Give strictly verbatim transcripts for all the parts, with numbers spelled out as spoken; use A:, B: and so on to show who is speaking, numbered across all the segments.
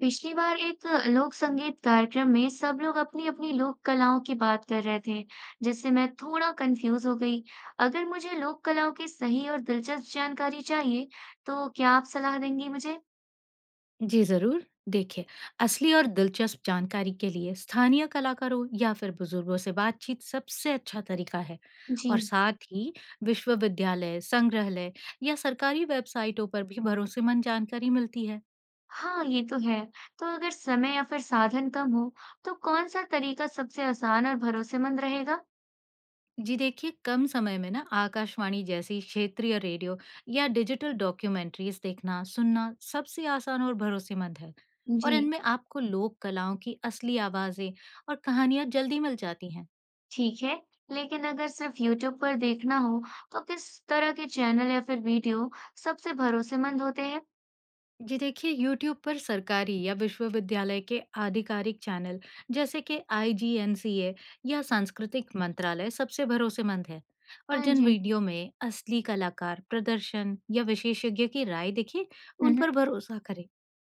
A: पिछली बार एक लोक संगीत कार्यक्रम में सब लोग अपनी अपनी लोक कलाओं की बात कर रहे थे, जिससे मैं थोड़ा कंफ्यूज हो गई। अगर मुझे लोक कलाओं की सही और दिलचस्प जानकारी चाहिए, तो क्या आप सलाह देंगी मुझे?
B: जी जरूर। देखिए, असली और दिलचस्प जानकारी के लिए स्थानीय कलाकारों या फिर बुजुर्गों से बातचीत सबसे अच्छा तरीका है। और
A: जी,
B: साथ ही विश्वविद्यालय संग्रहालय या सरकारी वेबसाइटों पर भी भरोसेमंद जानकारी मिलती है।
A: हाँ, ये तो है। तो अगर समय या फिर साधन कम हो, तो कौन सा तरीका सबसे आसान और भरोसेमंद रहेगा?
B: जी देखिए, कम समय में ना आकाशवाणी जैसी क्षेत्रीय रेडियो या डिजिटल डॉक्यूमेंट्रीज देखना सुनना सबसे आसान और भरोसेमंद है। और
A: जी,
B: इनमें आपको लोक कलाओं की असली आवाजें और कहानियां जल्दी मिल जाती हैं।
A: ठीक है। लेकिन अगर सिर्फ YouTube पर देखना हो, तो किस तरह के चैनल या फिर वीडियो सबसे भरोसेमंद होते हैं?
B: जी देखिए, यूट्यूब पर सरकारी या विश्वविद्यालय के आधिकारिक चैनल जैसे कि आई जी एन सी ए या सांस्कृतिक मंत्रालय सबसे भरोसेमंद है। और
A: हाँ
B: जिन
A: जी।
B: वीडियो में असली कलाकार प्रदर्शन या विशेषज्ञ की राय देखिए, उन
A: हम्म।
B: पर भरोसा करें।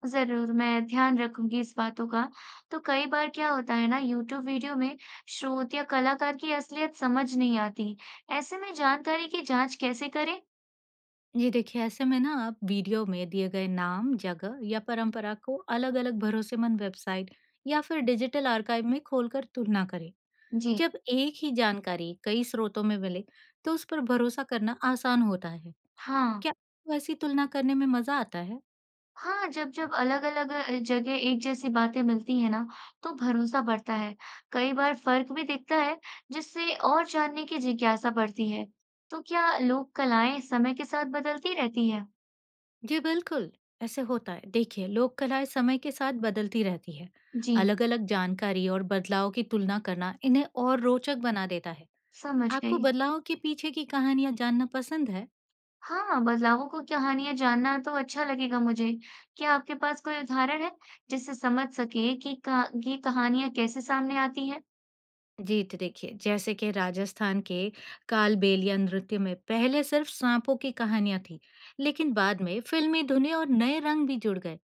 A: ज़रूर, मैं ध्यान रखूँगी इस बातों का। तो कई बार क्या होता है ना यूट्यूब वीडियो में स्रोत या कलाकार की असलियत समझ नहीं आती। ऐसे में जानकारी की जाँच कैसे करें?
B: ये देखिए, ऐसे में ना आप वीडियो में दिए गए नाम जगह या परंपरा को अलग अलग भरोसेमंद वेबसाइट या फिर डिजिटल आर्काइव में खोलकर तुलना करें।
A: जी।
B: जब एक ही जानकारी कई स्रोतों में मिले, तो उस पर भरोसा करना आसान होता है।
A: हाँ।
B: क्या आपको ऐसी तुलना करने में मजा आता है?
A: हाँ, जब-जब अलग-अलग अ, जगह एक जैसी बातें मिलती हैं ना, तो भरोसा बढ़ता है। कई बार फ़र्क भी दिखता है, जिससे और जानने की जिज्ञासा बढ़ती है। तो क्या लोक कलाएँ समय के साथ बदलती रहती हैं?
B: जी बिल्कुल, ऐसे होता है। देखिए, लोक कलाएँ समय के साथ बदलती रहती है।
A: जी,
B: अलग-अलग जानकारी और बदलाव की तुलना करना इन्हें और रोचक बना देता है।
A: समझ
B: आपको
A: गई।
B: बदलाव के पीछे की कहानियाँ जानना पसंद है?
A: हाँ, बदलावों को कहानियाँ जानना तो अच्छा लगेगा मुझे। क्या आपके पास कोई उदाहरण है जिससे समझ सके कि कहा ये कहानियाँ कैसे सामने आती हैं?
B: जी तो देखिए, जैसे कि राजस्थान के कालबेलिया नृत्य में पहले सिर्फ साँपों की कहानियाँ थी, लेकिन बाद में फिल्मी धुनें और नए रंग भी जुड़ गए।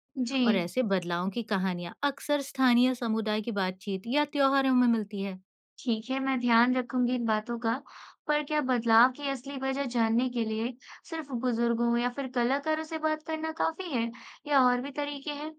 B: और
A: जी,
B: ऐसे बदलावों की कहानियाँ अक्सर स्थानीय समुदाय की बातचीत या त्योहारों में मिलती है।
A: ठीक है, मैं ध्यान रखूँगी इन बातों का। पर क्या बदलाव की असली वजह जानने के लिए सिर्फ बुजुर्गों या फिर कलाकारों से बात करना काफ़ी है या और भी तरीके हैं?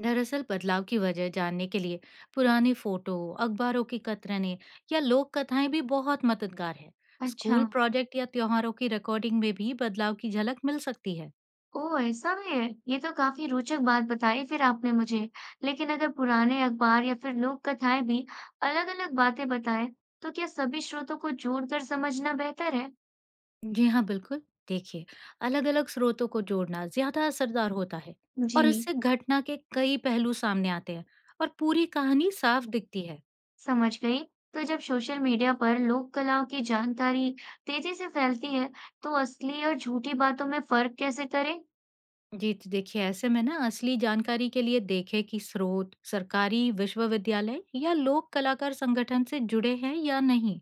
B: दरअसल बदलाव की वजह जानने के लिए पुराने फोटो, अखबारों की कतरने या लोक कथाएं भी बहुत मददगार है।
A: अच्छा।
B: स्कूल प्रोजेक्ट या त्योहारों की रिकॉर्डिंग में भी बदलाव की झलक मिल सकती है।
A: ओह! ऐसा भी है? ये तो काफ़ी रोचक बात बताई फिर आपने मुझे। लेकिन अगर पुराने अखबार या फिर लोक कथाएँ भी अलग-अलग बातें बताएँ, तो क्या सभी स्रोतों को जोड़कर समझना बेहतर है?
B: जी हाँ बिल्कुल। देखिए, अलग अलग स्रोतों को जोड़ना ज्यादा असरदार होता है।
A: जी,
B: और इससे घटना के कई पहलू सामने आते हैं और पूरी कहानी साफ दिखती है।
A: समझ गई। तो जब सोशल मीडिया पर लोक कलाओं की जानकारी तेज़ी से फैलती है, तो असली और झूठी बातों में फ़र्क कैसे करें?
B: जी तो देखिए, ऐसे में ना असली जानकारी के लिए देखें कि स्रोत सरकारी विश्वविद्यालय या लोक कलाकार संगठन से जुड़े हैं या नहीं।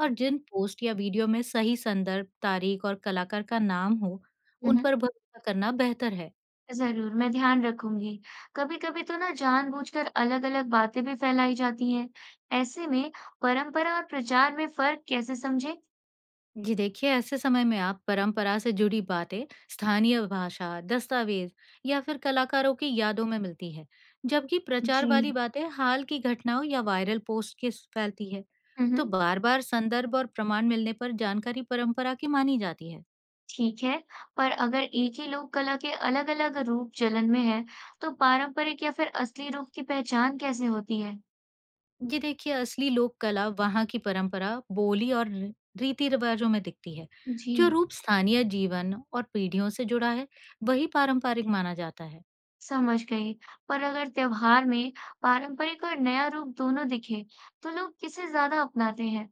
B: और जिन पोस्ट या वीडियो में सही संदर्भ, तारीख और कलाकार का नाम हो, उन पर भरोसा करना बेहतर है।
A: जरूर, मैं ध्यान रखूंगी। कभी-कभी तो ना जानबूझकर अलग-अलग बातें भी फैलाई जाती हैं। ऐसे में परंपरा और प्रचार में फर्क कैसे समझें?
B: जी देखिए, ऐसे समय में आप परंपरा से जुड़ी बातें स्थानीय भाषा, दस्तावेज या फिर कलाकारों की यादों में मिलती है, जबकि प्रचार
A: जी।
B: वाली बातें हाल की घटनाओं या वायरल पोस्ट के स- फैलती है। तो
A: हम्म,
B: बार-बार संदर्भ और प्रमाण मिलने पर जानकारी परंपरा की मानी जाती है।
A: ठीक है। पर अगर एक ही लोक कला के अलग-अलग रूप चलन में है, तो पारंपरिक या फिर असली रूप की पहचान कैसे होती है?
B: ये देखिए, असली लोक कला वहाँ की परंपरा, बोली और री- रीति रिवाजों में दिखती है।
A: जी,
B: जो रूप स्थानीय जीवन और पीढ़ियों से जुड़ा है, वही पारंपरिक माना जाता है।
A: समझ गई। पर अगर त्योहार में पारंपरिक और नया रूप दोनों दिखे, तो लोग किसे ज्यादा अपनाते हैं?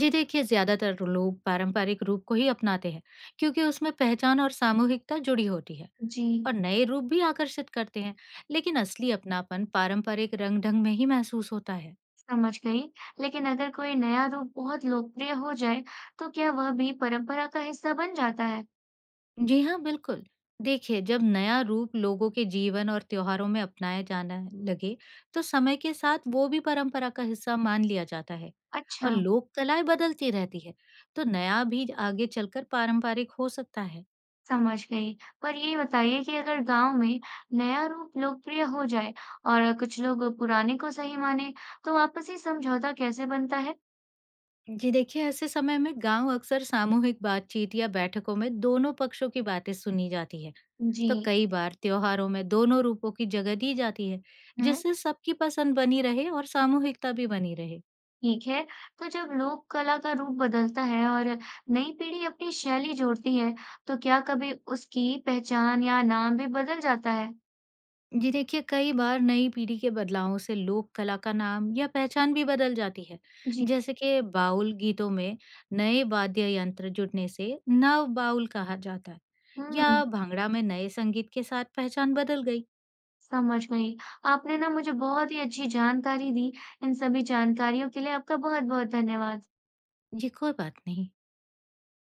B: ये देखिए, ज्यादातर लोग पारंपरिक रूप को ही अपनाते हैं, क्योंकि उसमें पहचान और सामूहिकता जुड़ी होती है।
A: जी।
B: और नए रूप भी आकर्षित करते हैं, लेकिन असली अपनापन पारंपरिक रंग ढंग में ही महसूस होता है।
A: समझ गई। लेकिन अगर कोई नया रूप बहुत लोकप्रिय हो जाए, तो क्या वह भी परंपरा का हिस्सा बन जाता है?
B: जी हाँ, बिल्कुल। देखिए, जब नया रूप लोगों के जीवन और त्योहारों में अपनाया जाना लगे, तो समय के साथ वो भी परंपरा का हिस्सा मान लिया जाता है। और
A: अच्छा,
B: लोक कलाएँ बदलती रहती है, तो नया भी आगे चलकर पारंपरिक हो सकता है।
A: समझ गई। पर ये बताइए कि अगर गांव में नया रूप लोकप्रिय हो जाए और कुछ लोग पुराने को सही माने, तो आपसी समझौता कैसे बनता है?
B: जी देखिए, ऐसे समय में गाँव अक्सर सामूहिक बातचीत या बैठकों में दोनों पक्षों की बातें सुनी जाती है, तो
A: जी,
B: कई बार त्योहारों में दोनों रूपों की जगह दी जाती है,
A: हम्म,
B: जिससे सबकी पसंद बनी रहे और सामूहिकता भी बनी रहे।
A: ठीक है। तो जब लोक कला का रूप बदलता है और नई पीढ़ी अपनी शैली जोड़ती है, तो क्या कभी उसकी पहचान या नाम भी बदल जाता है?
B: जी देखिए, कई बार नई पीढ़ी के बदलावों से लोक कला का नाम या पहचान भी बदल जाती है।
A: जी,
B: जैसे कि बाउल गीतों में नए वाद्य यंत्र जुड़ने से नव बाउल कहा जाता है।
A: हम्म।
B: या भांगड़ा में नए संगीत के साथ पहचान बदल गई।
A: समझ गई। आपने ना मुझे बहुत ही अच्छी जानकारी दी। इन सभी जानकारियों के लिए आपका बहुत-बहुत धन्यवाद।
B: ये कोई बात नहीं।